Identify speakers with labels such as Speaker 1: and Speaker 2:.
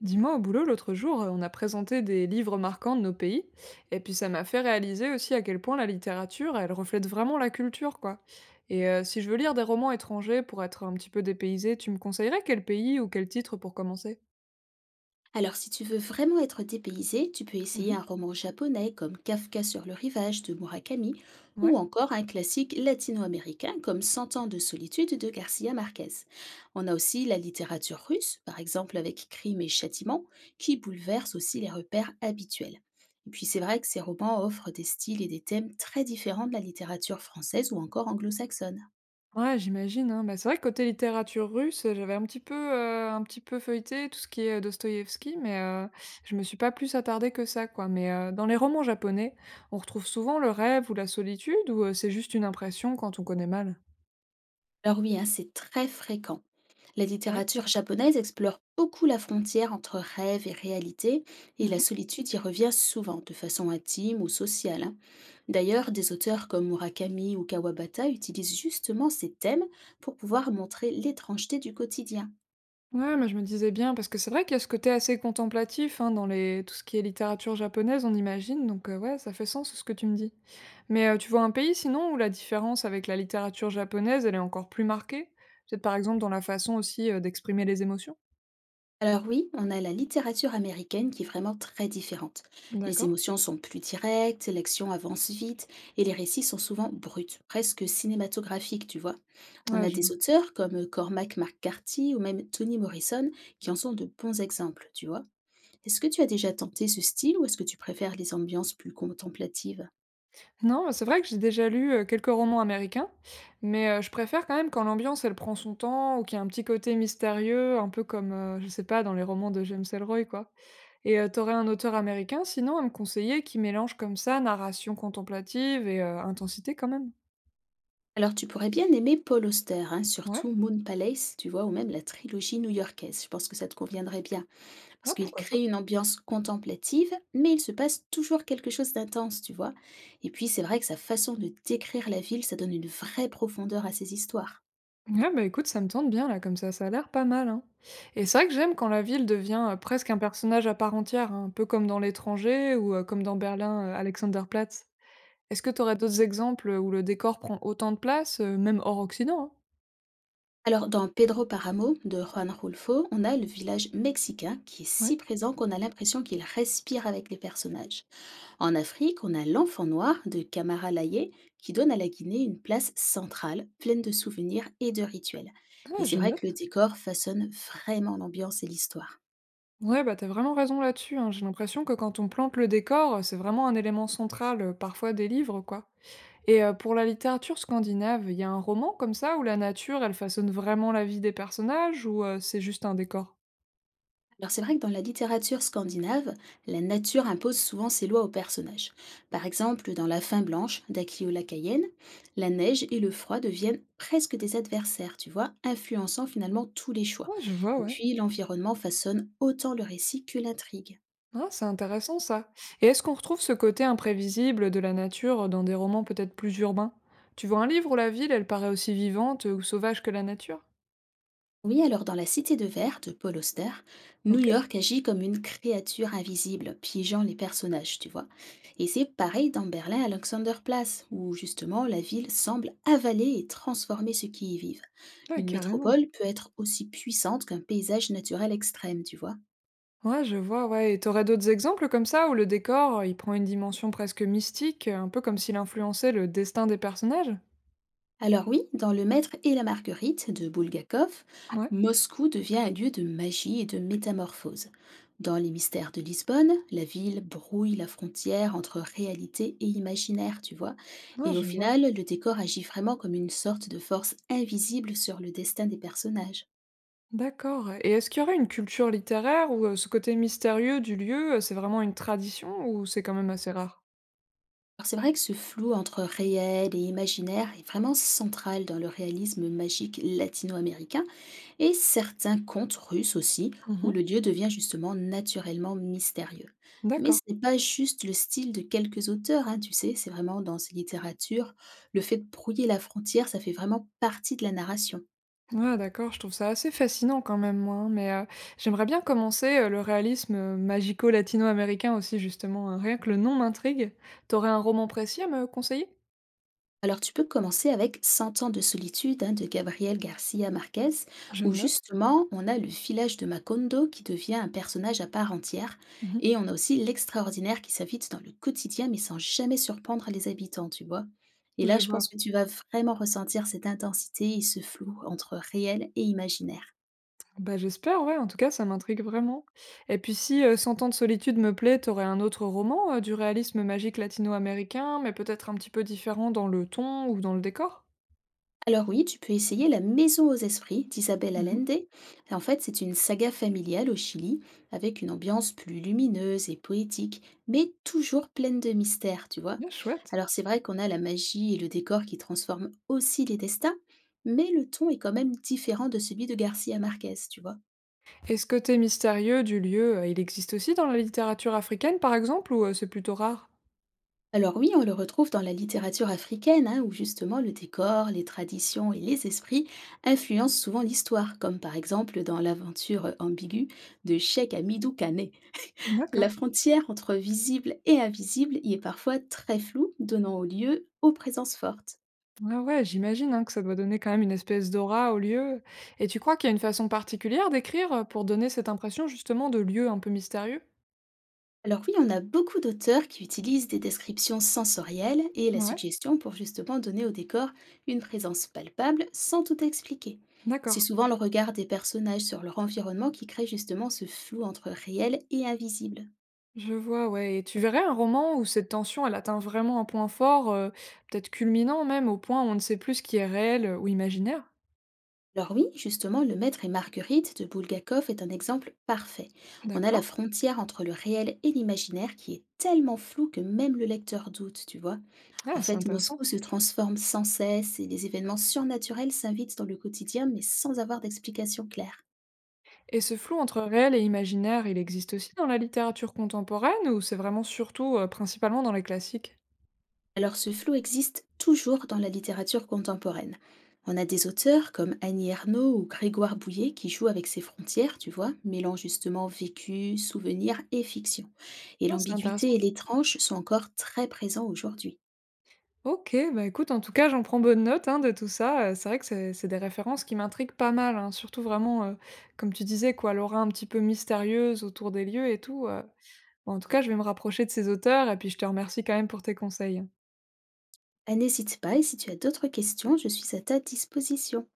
Speaker 1: Dis-moi, au boulot, l'autre jour, on a présenté des livres marquants de nos pays, et puis ça m'a fait réaliser aussi à quel point la littérature, elle reflète vraiment la culture, quoi. Si je veux lire des romans étrangers pour être un petit peu dépaysée, tu me conseillerais quel pays ou quel titre pour commencer?
Speaker 2: Alors, si tu veux vraiment être dépaysé, tu peux essayer
Speaker 1: Mhm.
Speaker 2: un roman japonais comme Kafka sur le rivage de Murakami ou
Speaker 1: Ouais.
Speaker 2: encore un classique latino-américain comme Cent ans de solitude de Garcia Marquez. On a aussi la littérature russe, par exemple avec Crime et Châtiment, qui bouleverse aussi les repères habituels. Et puis c'est vrai que ces romans offrent des styles et des thèmes très différents de la littérature française ou encore anglo-saxonne.
Speaker 1: Ouais, j'imagine, hein. Bah, c'est vrai que côté littérature russe, j'avais un petit peu feuilleté tout ce qui est Dostoïevski, mais je me suis pas plus attardée que ça, quoi. Mais dans les romans japonais, on retrouve souvent le rêve ou la solitude, ou c'est juste une impression quand on connaît mal?
Speaker 2: Alors oui, hein, c'est très fréquent. La
Speaker 1: Ouais.
Speaker 2: littérature japonaise explore beaucoup la frontière entre rêve et réalité, et la
Speaker 1: Mmh.
Speaker 2: solitude y revient souvent, de façon intime ou sociale, hein. D'ailleurs, des auteurs comme Murakami ou Kawabata utilisent justement ces thèmes pour pouvoir montrer l'étrangeté du quotidien.
Speaker 1: Ouais, mais je me disais bien, parce que c'est vrai qu'il y a ce côté assez contemplatif, hein, dans les tout ce qui est littérature japonaise, on imagine, donc ouais, ça fait sens ce que tu me dis. Mais tu vois un pays sinon où la différence avec la littérature japonaise, elle est encore plus marquée? Peut-être par exemple dans la façon aussi, d'exprimer les émotions?
Speaker 2: Alors oui, on a la littérature américaine qui est vraiment très différente. Les
Speaker 1: D'accord.
Speaker 2: émotions sont plus directes, l'action avance vite et les récits sont souvent bruts, presque cinématographiques, tu vois. On
Speaker 1: Ouais,
Speaker 2: a
Speaker 1: je
Speaker 2: des
Speaker 1: vois.
Speaker 2: auteurs comme Cormac McCarthy ou même Toni Morrison qui en sont de bons exemples, tu vois. Est-ce que tu as déjà tenté ce style ou est-ce que tu préfères les ambiances plus contemplatives?
Speaker 1: Non, bah, c'est vrai que j'ai déjà lu, quelques romans américains, mais je préfère quand même quand l'ambiance, elle prend son temps ou qu'il y a un petit côté mystérieux, un peu comme, je sais pas, dans les romans de James Ellroy, quoi. Tu un auteur américain sinon à me conseiller qui mélange comme ça narration contemplative et intensité quand même?
Speaker 2: Alors tu pourrais bien aimer Paul Auster, hein,
Speaker 1: Ouais,
Speaker 2: surtout Moon Palace, tu vois, ou même la trilogie new-yorkaise. Je pense que ça te conviendrait bien. Parce
Speaker 1: ah
Speaker 2: qu'il
Speaker 1: pourquoi pas.
Speaker 2: crée une ambiance contemplative, mais il se passe toujours quelque chose d'intense, tu vois. Et puis c'est vrai que sa façon de décrire la ville, ça donne une vraie profondeur à ses histoires.
Speaker 1: Ouais, bah, écoute, ça me tente bien là comme ça a l'air pas mal, hein. Et c'est vrai que j'aime quand la ville devient, presque un personnage à part entière, hein, un peu comme dans «L'étranger» ou comme dans Berlin, Alexanderplatz. Est-ce que t'aurais d'autres exemples, où le décor prend autant de place, même hors Occident, hein?
Speaker 2: Alors dans Pedro Paramo de Juan Rulfo, on a le village mexicain qui est
Speaker 1: Ouais.
Speaker 2: si présent qu'on a l'impression qu'il respire avec les personnages. En Afrique, on a l'enfant noir de Camara Laye qui donne à la Guinée une place centrale, pleine de souvenirs et de rituels. Et
Speaker 1: Ah,
Speaker 2: c'est
Speaker 1: je
Speaker 2: vrai
Speaker 1: note.
Speaker 2: que le décor façonne vraiment l'ambiance et l'histoire.
Speaker 1: Ouais, bah, t'as vraiment raison là-dessus, hein. J'ai l'impression que quand on plante le décor, c'est vraiment un élément central, parfois des livres, quoi. Pour la littérature scandinave, il y a un roman comme ça où la nature, elle façonne vraiment la vie des personnages ou, c'est juste un décor?
Speaker 2: Alors c'est vrai que dans la littérature scandinave, la nature impose souvent ses lois aux personnages. Par exemple, dans La Fin Blanche d'Akiola Cayenne, la neige et le froid deviennent presque des adversaires, tu vois, influençant finalement tous les choix.
Speaker 1: Ouais, je vois,
Speaker 2: Et
Speaker 1: ouais.
Speaker 2: puis l'environnement façonne autant le récit que l'intrigue.
Speaker 1: Ah, c'est intéressant ça. Et est-ce qu'on retrouve ce côté imprévisible de la nature dans des romans peut-être plus urbains? Tu vois un livre où la ville, elle paraît aussi vivante ou sauvage que la nature?
Speaker 2: Oui, alors dans La Cité de Verre de Paul Auster, New
Speaker 1: OK.
Speaker 2: York agit comme une créature invisible, piégeant les personnages, tu vois. Et c'est pareil dans Berlin Alexanderplatz, où justement la ville semble avaler et transformer ceux qui y vivent.
Speaker 1: Ouais,
Speaker 2: Une
Speaker 1: carrément.
Speaker 2: métropole peut être aussi puissante qu'un paysage naturel extrême, tu vois.
Speaker 1: Ouais, je vois, ouais. Et t'aurais d'autres exemples comme ça où le décor, il prend une dimension presque mystique, un peu comme s'il influençait le destin des personnages?
Speaker 2: Alors oui, dans Le Maître et la Marguerite de Bulgakov,
Speaker 1: Ouais.
Speaker 2: Moscou devient un lieu de magie et de métamorphose. Dans Les Mystères de Lisbonne, la ville brouille la frontière entre réalité et imaginaire, tu vois.
Speaker 1: Ouais,
Speaker 2: Et au
Speaker 1: je vois.
Speaker 2: final, le décor agit vraiment comme une sorte de force invisible sur le destin des personnages.
Speaker 1: D'accord, et est-ce qu'il y aurait une culture littéraire où, ce côté mystérieux du lieu, c'est vraiment une tradition ou c'est quand même assez rare?
Speaker 2: Alors c'est vrai que ce flou entre réel et imaginaire est vraiment central dans le réalisme magique latino-américain, et certains contes russes aussi, où
Speaker 1: Mmh.
Speaker 2: le dieu devient justement naturellement mystérieux. Mais ce
Speaker 1: D'accord.
Speaker 2: n'est pas juste le style de quelques auteurs, hein, tu sais, c'est vraiment dans ces littératures, le fait de brouiller la frontière, ça fait vraiment partie de la narration.
Speaker 1: Ouais, d'accord, je trouve ça assez fascinant quand même moi, hein, mais, j'aimerais bien commencer, le réalisme, magico-latino-américain aussi justement, hein, rien que le nom m'intrigue. T'aurais un roman précis à me conseiller?
Speaker 2: Alors, tu peux commencer avec 100 ans de solitude» hein, de Gabriel Garcia Marquez,
Speaker 1: Je
Speaker 2: où
Speaker 1: note.
Speaker 2: justement on a le village de Macondo qui devient un personnage à part entière,
Speaker 1: Mmh.
Speaker 2: et on a aussi l'extraordinaire qui s'invite dans le quotidien mais sans jamais surprendre les habitants, tu vois? Et
Speaker 1: Je
Speaker 2: là, je pense
Speaker 1: vois.
Speaker 2: que tu vas vraiment ressentir cette intensité et ce flou entre réel et imaginaire.
Speaker 1: Bah, j'espère, ouais, en tout cas, ça m'intrigue vraiment. Et puis si Cent ans de solitude me plaît, t'aurais un autre roman du réalisme magique latino-américain, mais peut-être un petit peu différent dans le ton ou dans le décor?
Speaker 2: Alors oui, tu peux essayer La Maison aux Esprits d'Isabelle
Speaker 1: Mhm.
Speaker 2: Allende. En fait, c'est une saga familiale au Chili, avec une ambiance plus lumineuse et poétique, mais toujours pleine de mystères, tu vois.
Speaker 1: Bien chouette.
Speaker 2: Alors c'est vrai qu'on a la magie et le décor qui transforment aussi les destins, mais le ton est quand même différent de celui de Garcia Marquez, tu vois.
Speaker 1: Et ce côté mystérieux du lieu, il existe aussi dans la littérature africaine, par exemple, ou c'est plutôt rare?
Speaker 2: Alors oui, on le retrouve dans la littérature africaine, hein, où justement le décor, les traditions et les esprits influencent souvent l'histoire, comme par exemple dans l'aventure ambiguë de Cheikh Hamidou Kané. La
Speaker 1: D'accord.
Speaker 2: frontière entre visible et invisible y est parfois très floue, donnant au lieu aux présences fortes.
Speaker 1: Ah ouais, j'imagine hein, que ça doit donner quand même une espèce d'aura au lieu. Et tu crois qu'il y a une façon particulière d'écrire pour donner cette impression justement de lieu un peu mystérieux?
Speaker 2: Alors oui, on a beaucoup d'auteurs qui utilisent des descriptions sensorielles et la
Speaker 1: Ouais,
Speaker 2: suggestion pour justement donner au décor une présence palpable sans tout expliquer. C'est
Speaker 1: d'accord.
Speaker 2: souvent le regard des personnages sur leur environnement qui crée justement ce flou entre réel et invisible.
Speaker 1: Je vois, ouais, et tu verrais un roman où cette tension, elle atteint vraiment un point fort, peut-être culminant même, au point où on ne sait plus ce qui est réel, ou imaginaire?
Speaker 2: Alors oui, justement, Le Maître et Marguerite de Bulgakov est un exemple parfait. On a la
Speaker 1: D'accord.
Speaker 2: frontière entre le réel et l'imaginaire qui est tellement floue que même le lecteur doute, tu vois. En
Speaker 1: Ah, c'est
Speaker 2: fait,
Speaker 1: intéressant,
Speaker 2: Moscou se transforme sans cesse et les événements surnaturels s'invitent dans le quotidien mais sans avoir d'explication claire.
Speaker 1: et ce flou entre réel et imaginaire, il existe aussi dans la littérature contemporaine ou c'est vraiment surtout, principalement dans les classiques?
Speaker 2: Alors ce flou existe toujours dans la littérature contemporaine. On a des auteurs comme Annie Ernaux ou Grégoire Bouillet qui jouent avec ces frontières, tu vois, mêlant justement vécu, souvenir et fiction. Et
Speaker 1: Ouais, c'est
Speaker 2: l'ambiguïté
Speaker 1: intéressant.
Speaker 2: et l'étrange sont encore très présents aujourd'hui.
Speaker 1: OK, bah, écoute, en tout cas, j'en prends bonne note, hein, de tout ça, c'est vrai que c'est des références qui m'intriguent pas mal, hein, surtout vraiment, comme tu disais, quoi, l'aura un petit peu mystérieuse autour des lieux et tout, heu. Bon, en tout cas, je vais me rapprocher de ces auteurs et puis je te remercie quand même pour tes conseils.
Speaker 2: Ah, n'hésite pas et si tu as d'autres questions, je suis à ta disposition.